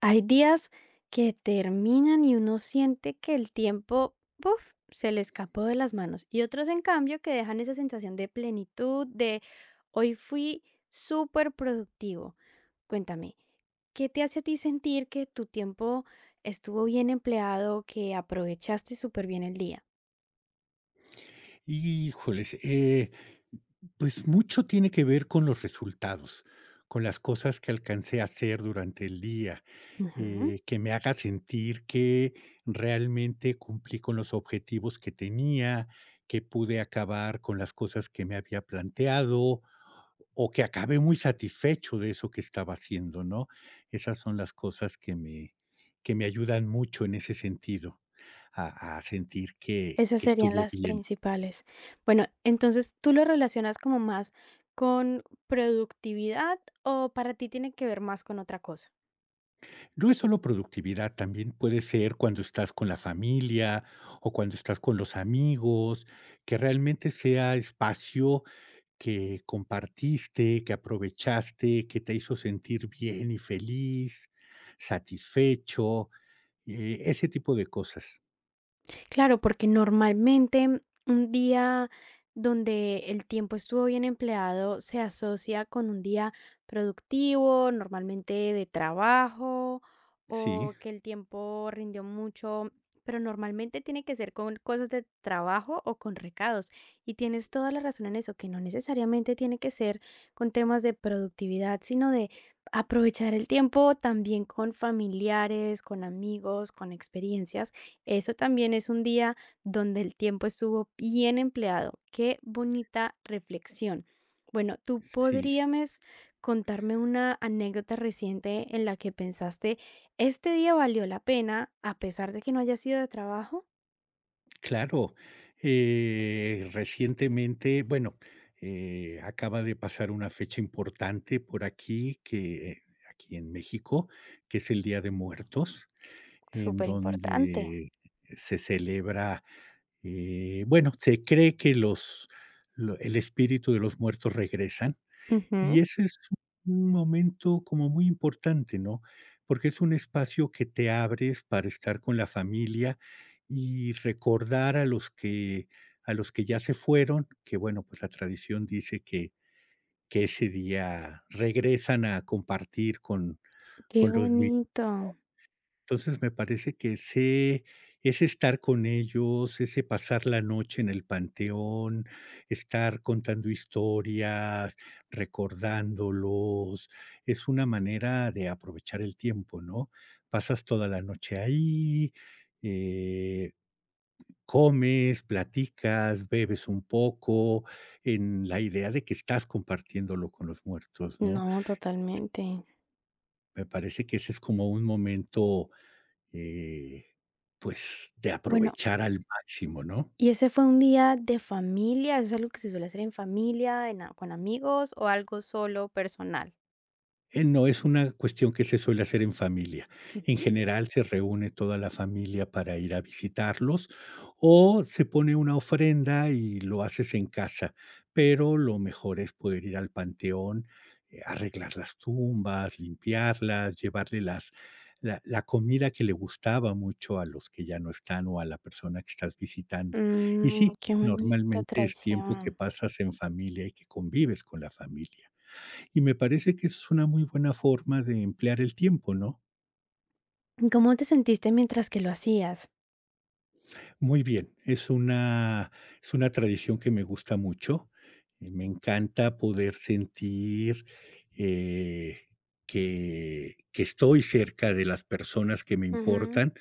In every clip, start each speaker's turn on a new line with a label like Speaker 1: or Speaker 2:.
Speaker 1: Hay días que terminan y uno siente que el tiempo, ¡puf!, se le escapó de las manos. Y otros, en cambio, que dejan esa sensación de plenitud, de hoy fui superproductivo. Cuéntame, ¿qué te hace a ti sentir que tu tiempo estuvo bien empleado, que aprovechaste súper bien el día?
Speaker 2: Híjoles, eh, pues mucho tiene que ver con los resultados, con las cosas que alcancé a hacer durante el día,
Speaker 1: Ujú.
Speaker 2: que me haga sentir que realmente cumplí con los objetivos que tenía, que pude acabar con las cosas que me había planteado o que acabé muy satisfecho de eso que estaba haciendo, ¿no? Esas son las cosas que me ayudan mucho en ese sentido, a sentir
Speaker 1: Esas
Speaker 2: que
Speaker 1: serían
Speaker 2: estuvo
Speaker 1: las
Speaker 2: bien.
Speaker 1: principales. Bueno, entonces, ¿tú lo relacionas como más con productividad o para ti tiene que ver más con otra cosa?
Speaker 2: No es solo productividad, también puede ser cuando estás con la familia o cuando estás con los amigos, que realmente sea espacio que compartiste, que aprovechaste, que te hizo sentir bien y feliz, satisfecho, ese tipo de cosas.
Speaker 1: Claro, porque normalmente un día donde el tiempo estuvo bien empleado se asocia con un día productivo, normalmente de trabajo,
Speaker 2: Sí,
Speaker 1: o que el tiempo rindió mucho, pero normalmente tiene que ser con cosas de trabajo o con recados. Y tienes toda la razón en eso, que no necesariamente tiene que ser con temas de productividad, sino de aprovechar el tiempo también con familiares, con amigos, con experiencias, eso también es un día donde el tiempo estuvo bien empleado. Qué bonita reflexión. Bueno, ¿tú
Speaker 2: sí.
Speaker 1: podrías contarme una anécdota reciente en la que pensaste, este día valió la pena a pesar de que no haya sido de trabajo?
Speaker 2: Claro, recientemente, bueno, acaba de pasar una fecha importante por aquí, que aquí en México, que es el Día de Muertos, en
Speaker 1: Súper importante.
Speaker 2: donde se celebra, bueno, se cree que el espíritu de los muertos regresan y
Speaker 1: Ujú.
Speaker 2: ese es un momento como muy importante, ¿no? Porque es un espacio que te abres para estar con la familia y recordar a los que ya se fueron, que bueno, pues la tradición dice que ese día regresan a compartir
Speaker 1: Qué
Speaker 2: con los.
Speaker 1: bonito.
Speaker 2: Entonces, me parece que ese estar con ellos, ese pasar la noche en el panteón, estar contando historias, recordándolos, es una manera de aprovechar el tiempo, ¿no? Pasas toda la noche ahí, eh, comes, platicas, bebes un poco, en la idea de que estás compartiéndolo con los muertos, ¿no?
Speaker 1: No, totalmente.
Speaker 2: Me parece que ese es como un momento. Eh, pues, de
Speaker 1: Bueno,
Speaker 2: aprovechar al máximo, ¿no?
Speaker 1: ¿y ese fue un día de familia? ¿Es algo que se suele hacer en familia, en con amigos o algo solo personal?
Speaker 2: No, es una cuestión que se suele hacer en familia. En
Speaker 1: Ujú.
Speaker 2: general, se reúne toda la familia para ir a visitarlos, o se pone una ofrenda y lo haces en casa, pero lo mejor es poder ir al panteón, arreglar las tumbas, limpiarlas, llevarle las la comida que le gustaba mucho a los que ya no están o a la persona que estás visitando. Y
Speaker 1: Mm,
Speaker 2: sí,
Speaker 1: qué bonita
Speaker 2: normalmente es tiempo que
Speaker 1: traición.
Speaker 2: pasas en familia y que convives con la familia. Y me parece que eso es una muy buena forma de emplear el tiempo, ¿no?
Speaker 1: ¿Cómo te sentiste mientras que lo hacías?
Speaker 2: Muy bien, es una tradición que me gusta mucho, y me encanta poder sentir, eh, que estoy cerca de las personas que me
Speaker 1: Ujú.
Speaker 2: importan,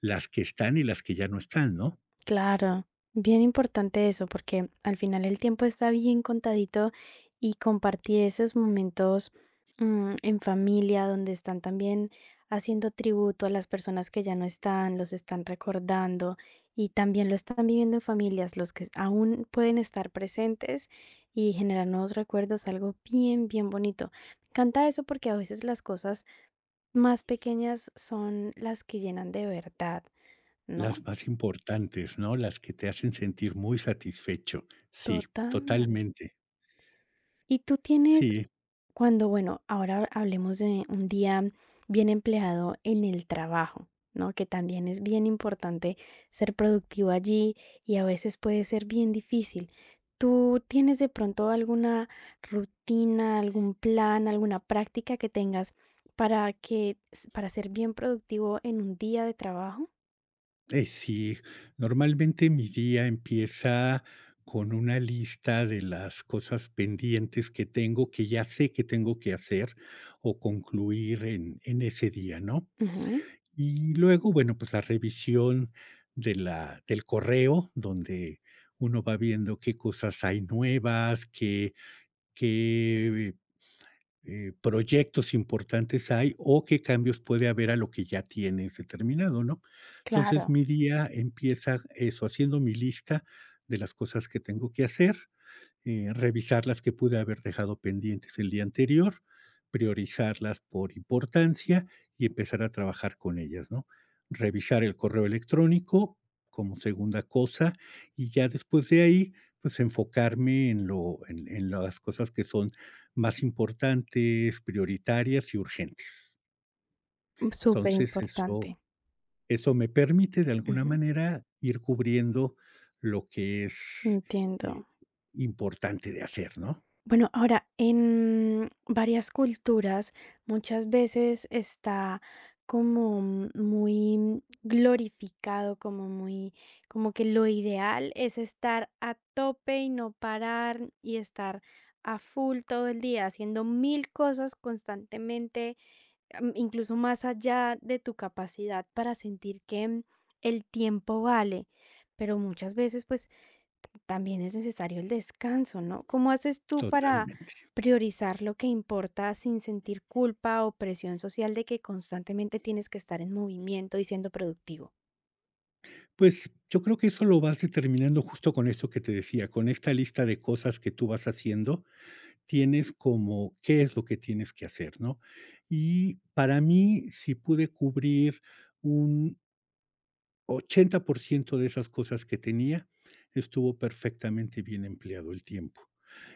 Speaker 2: las que están y las que ya no están, ¿no?
Speaker 1: Claro, bien importante eso, porque al final el tiempo está bien contadito y compartir esos momentos, mm, en familia, donde están también haciendo tributo a las personas que ya no están, los están recordando y también lo están viviendo en familias, los que aún pueden estar presentes y generar nuevos recuerdos, algo bien, bien bonito. Me encanta eso porque a veces las cosas más pequeñas son las que llenan de verdad, ¿no?
Speaker 2: Las más importantes, ¿no? Las que te hacen sentir muy satisfecho. Sí,
Speaker 1: Total.
Speaker 2: totalmente.
Speaker 1: Y tú tienes,
Speaker 2: Sí.
Speaker 1: cuando, bueno, ahora hablemos de un día bien empleado en el trabajo, ¿no? Que también es bien importante ser productivo allí y a veces puede ser bien difícil. ¿Tú tienes de pronto alguna rutina, algún plan, alguna práctica que tengas para que, para ser bien productivo en un día de trabajo?
Speaker 2: Sí, normalmente mi día empieza con una lista de las cosas pendientes que tengo, que ya sé que tengo que hacer o concluir en ese día, ¿no?
Speaker 1: Ujú,
Speaker 2: Y luego, bueno, pues la revisión de la del correo, donde uno va viendo qué cosas hay nuevas, qué proyectos importantes hay o qué cambios puede haber a lo que ya tienes determinado, ¿no? Entonces,
Speaker 1: claro,
Speaker 2: mi día empieza eso, haciendo mi lista de las cosas que tengo que hacer, revisar las que pude haber dejado pendientes el día anterior, priorizarlas por importancia y empezar a trabajar con ellas, ¿no? Revisar el correo electrónico como segunda cosa y ya después de ahí, pues enfocarme en las cosas que son más importantes, prioritarias y urgentes.
Speaker 1: súper
Speaker 2: Entonces,
Speaker 1: importante.
Speaker 2: eso me permite de alguna
Speaker 1: Ujú,
Speaker 2: manera ir cubriendo lo que es eh,
Speaker 1: entiendo.
Speaker 2: importante de hacer, ¿no?
Speaker 1: Bueno, ahora en varias culturas muchas veces está como muy glorificado, como muy, como que lo ideal es estar a tope y no parar y estar a full todo el día haciendo mil cosas constantemente, incluso más allá de tu capacidad para sentir que el tiempo vale. Pero muchas veces pues también es necesario el descanso, ¿no? ¿Cómo haces tú para
Speaker 2: Totalmente.
Speaker 1: priorizar lo que importa sin sentir culpa o presión social de que constantemente tienes que estar en movimiento y siendo productivo?
Speaker 2: Pues, yo creo que eso lo vas determinando justo con esto que te decía, con esta lista de cosas que tú vas haciendo, tienes como qué es lo que tienes que hacer, ¿no? Y para mí, si pude cubrir un 80% de esas cosas que tenía, estuvo perfectamente bien empleado el tiempo.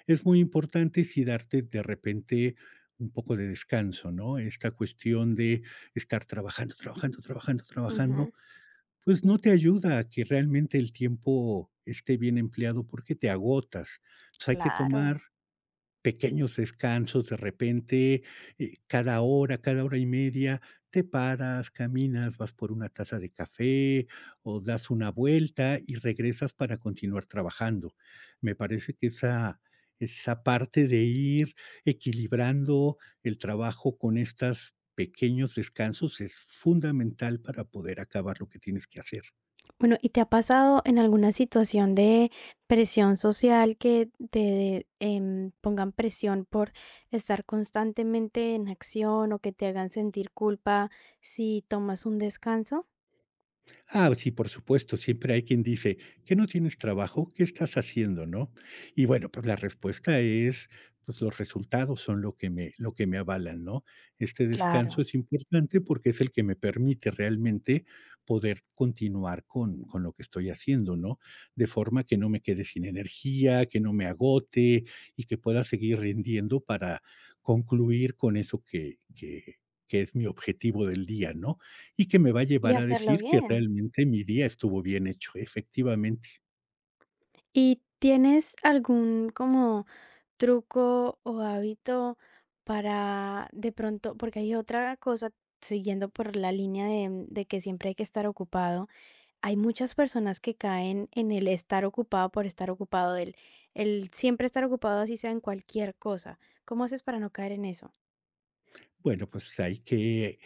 Speaker 2: Es muy importante si darte de repente un poco de descanso, ¿no? Esta cuestión de estar trabajando, trabajando, trabajando, trabajando,
Speaker 1: Ujú.
Speaker 2: pues no te ayuda a que realmente el tiempo esté bien empleado porque te agotas. Entonces, hay que
Speaker 1: Claro.
Speaker 2: tomar pequeños descansos de repente, cada hora y media, te paras, caminas, vas por una taza de café o das una vuelta y regresas para continuar trabajando. Me parece que esa parte de ir equilibrando el trabajo con estas pequeños descansos es fundamental para poder acabar lo que tienes que hacer.
Speaker 1: Bueno, ¿y te ha pasado en alguna situación de presión social que te pongan presión por estar constantemente en acción o que te hagan sentir culpa si tomas un descanso?
Speaker 2: Ah, sí, por supuesto, siempre hay quien dice: "¿que no tienes trabajo? ¿Qué estás haciendo?", ¿no? Y bueno, pues la respuesta es, pues los resultados son lo que me avalan, ¿no? Este
Speaker 1: Claro.
Speaker 2: descanso es importante porque es el que me permite realmente poder continuar con lo que estoy haciendo, ¿no? De forma que no me quede sin energía, que no me agote y que pueda seguir rindiendo para concluir con eso que es mi objetivo del día, ¿no?, y que me va a
Speaker 1: Y
Speaker 2: llevar a
Speaker 1: hacerlo
Speaker 2: decir que
Speaker 1: bien.
Speaker 2: realmente mi día estuvo bien hecho, efectivamente.
Speaker 1: ¿Y tienes algún como truco o hábito para de pronto, porque hay otra cosa siguiendo por la línea de, mm, de que siempre hay que estar ocupado, hay muchas personas que caen en el estar ocupado por estar ocupado, el siempre estar ocupado así sea en cualquier cosa. ¿Cómo haces para no caer en eso?
Speaker 2: Bueno, pues hay que,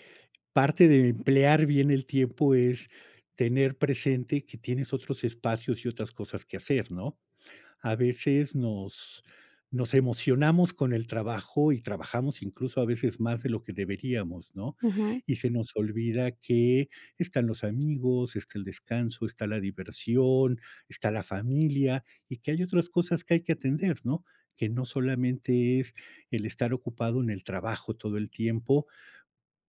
Speaker 2: parte de emplear bien el tiempo es tener presente que tienes otros espacios y otras cosas que hacer, ¿no? A veces nos emocionamos con el trabajo y trabajamos incluso a veces más de lo que deberíamos, ¿no?
Speaker 1: Ujú,
Speaker 2: Y se nos olvida que están los amigos, está el descanso, está la diversión, está la familia y que hay otras cosas que hay que atender, ¿no? Que no solamente es el estar ocupado en el trabajo todo el tiempo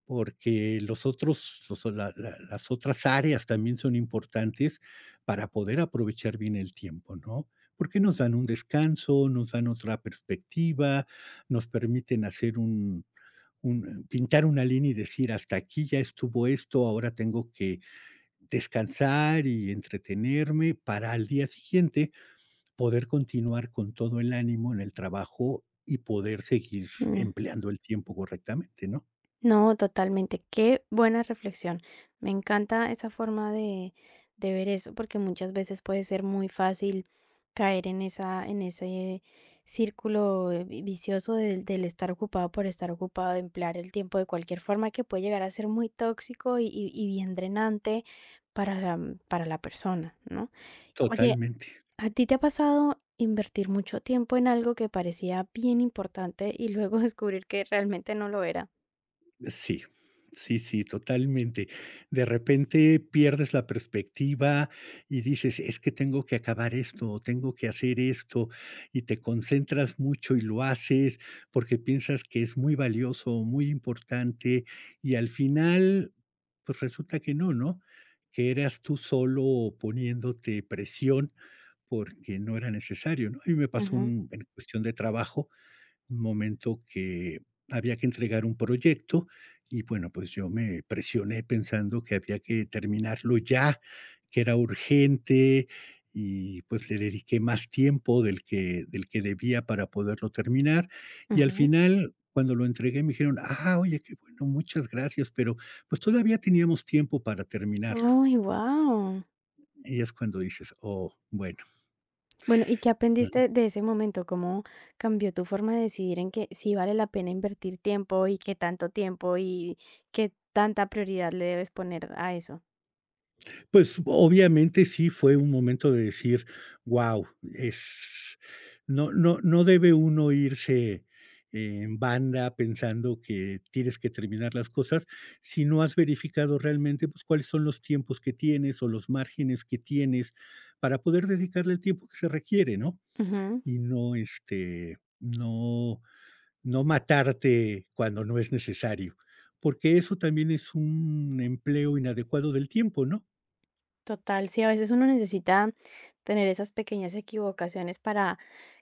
Speaker 2: porque los otros, los la la las otras áreas también son importantes para poder aprovechar bien el tiempo, ¿no? Porque nos dan un descanso, nos dan otra perspectiva, nos permiten hacer un pintar una línea y decir: "Hasta aquí ya estuvo esto, ahora tengo que descansar y entretenerme", para al día siguiente poder continuar con todo el ánimo en el trabajo y poder seguir
Speaker 1: mm.
Speaker 2: empleando el tiempo correctamente, ¿no?
Speaker 1: No, totalmente. Qué buena reflexión. Me encanta esa forma de ver eso, porque muchas veces puede ser muy fácil caer en esa, en ese círculo vicioso del estar ocupado por estar ocupado, de emplear el tiempo de cualquier forma que puede llegar a ser muy tóxico y bien drenante para para la persona, ¿no? Oye,
Speaker 2: Totalmente.
Speaker 1: ¿a ti te ha pasado invertir mucho tiempo en algo que parecía bien importante y luego descubrir que realmente no lo era?
Speaker 2: Sí, sí, sí, totalmente. De repente pierdes la perspectiva y dices, es que tengo que acabar esto o tengo que hacer esto y te concentras mucho y lo haces porque piensas que es muy valioso o muy importante y al final, pues resulta que no, ¿no? Que eras tú solo poniéndote presión porque no era necesario, ¿no? A mí me pasó
Speaker 1: Ujú.
Speaker 2: en cuestión de trabajo, un momento que había que entregar un proyecto y bueno, pues yo me presioné pensando que había que terminarlo ya, que era urgente y pues le dediqué más tiempo del que debía para poderlo terminar. Y al
Speaker 1: Ujú.
Speaker 2: final, cuando lo entregué, me dijeron, ah, oye, qué bueno, muchas gracias, pero pues todavía teníamos tiempo para terminarlo.
Speaker 1: ¡Ay, guau!
Speaker 2: Y es cuando dices, oh, bueno.
Speaker 1: Bueno, ¿y qué aprendiste de ese momento? ¿Cómo cambió tu forma de decidir en que sí vale la pena invertir tiempo y qué tanto tiempo y qué tanta prioridad le debes poner a eso?
Speaker 2: Pues, obviamente sí fue un momento de decir: "Guau, es no debe uno irse en banda pensando que tienes que terminar las cosas, si no has verificado realmente, pues, cuáles son los tiempos que tienes o los márgenes que tienes para poder dedicarle el tiempo que se requiere", ¿no?
Speaker 1: Ujú.
Speaker 2: Y no, este, no matarte cuando no es necesario, porque eso también es un empleo inadecuado del tiempo, ¿no?
Speaker 1: Total, sí, a veces uno necesita tener esas pequeñas equivocaciones para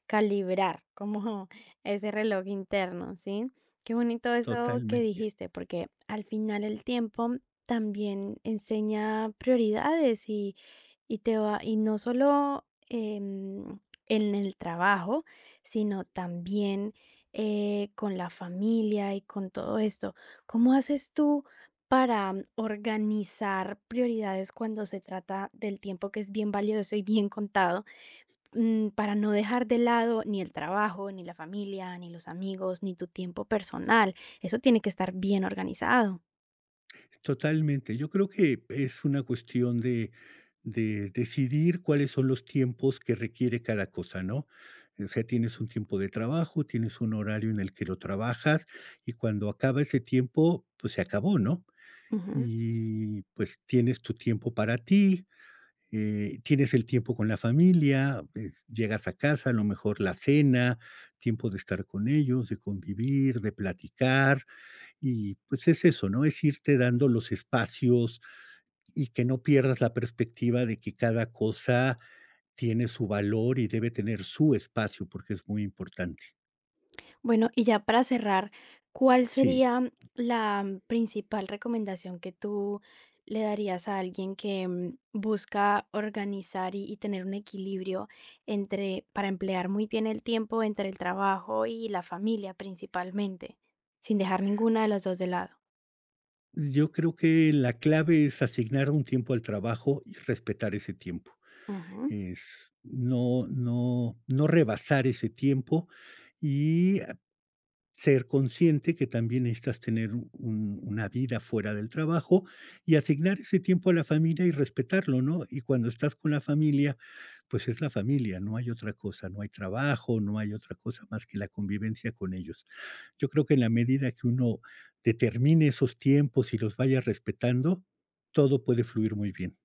Speaker 1: calibrar como ese reloj interno, ¿sí? Qué bonito eso que
Speaker 2: Totalmente.
Speaker 1: dijiste, porque al final el tiempo también enseña prioridades y te va y no solo, en el trabajo, sino también, con la familia y con todo esto. ¿Cómo haces tú para organizar prioridades cuando se trata del tiempo que es bien valioso y bien contado, para no dejar de lado ni el trabajo, ni la familia, ni los amigos, ni tu tiempo personal? Eso tiene que estar bien organizado.
Speaker 2: Totalmente. Yo creo que es una cuestión de decidir cuáles son los tiempos que requiere cada cosa, ¿no? O sea, tienes un tiempo de trabajo, tienes un horario en el que lo trabajas y cuando acaba ese tiempo, pues se acabó, ¿no? Y pues tienes tu tiempo para ti, tienes el tiempo con la familia, pues, llegas a casa, a lo mejor la cena, tiempo de estar con ellos, de convivir, de platicar, y pues es eso, ¿no? Es irte dando los espacios y que no pierdas la perspectiva de que cada cosa tiene su valor y debe tener su espacio, porque es muy importante.
Speaker 1: Bueno, y ya para cerrar, ¿cuál
Speaker 2: Sí,
Speaker 1: sería la principal recomendación que tú le darías a alguien que busca organizar y tener un equilibrio entre, para emplear muy bien el tiempo entre el trabajo y la familia principalmente, sin dejar ninguna de las dos de lado?
Speaker 2: yo creo que la clave es asignar un tiempo al trabajo y respetar ese tiempo.
Speaker 1: Ujú.
Speaker 2: Es no rebasar ese tiempo y ser consciente que también necesitas tener una vida fuera del trabajo y asignar ese tiempo a la familia y respetarlo, ¿no? Y cuando estás con la familia, pues es la familia, no hay otra cosa, no hay trabajo, no hay otra cosa más que la convivencia con ellos. Yo creo que en la medida que uno determine esos tiempos y los vaya respetando, todo puede fluir muy bien.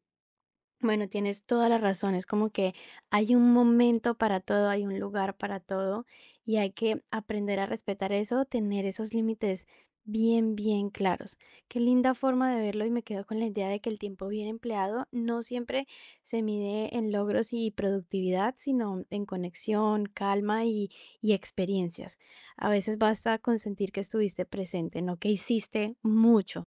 Speaker 1: Bueno, tienes toda la razón. Es como que hay un momento para todo, hay un lugar para todo y hay que aprender a respetar eso, tener esos límites bien, bien claros. Qué linda forma de verlo y me quedo con la idea de que el tiempo bien empleado no siempre se mide en logros y productividad, sino en conexión, calma y experiencias. A veces basta con sentir que estuviste presente, no que hiciste mucho.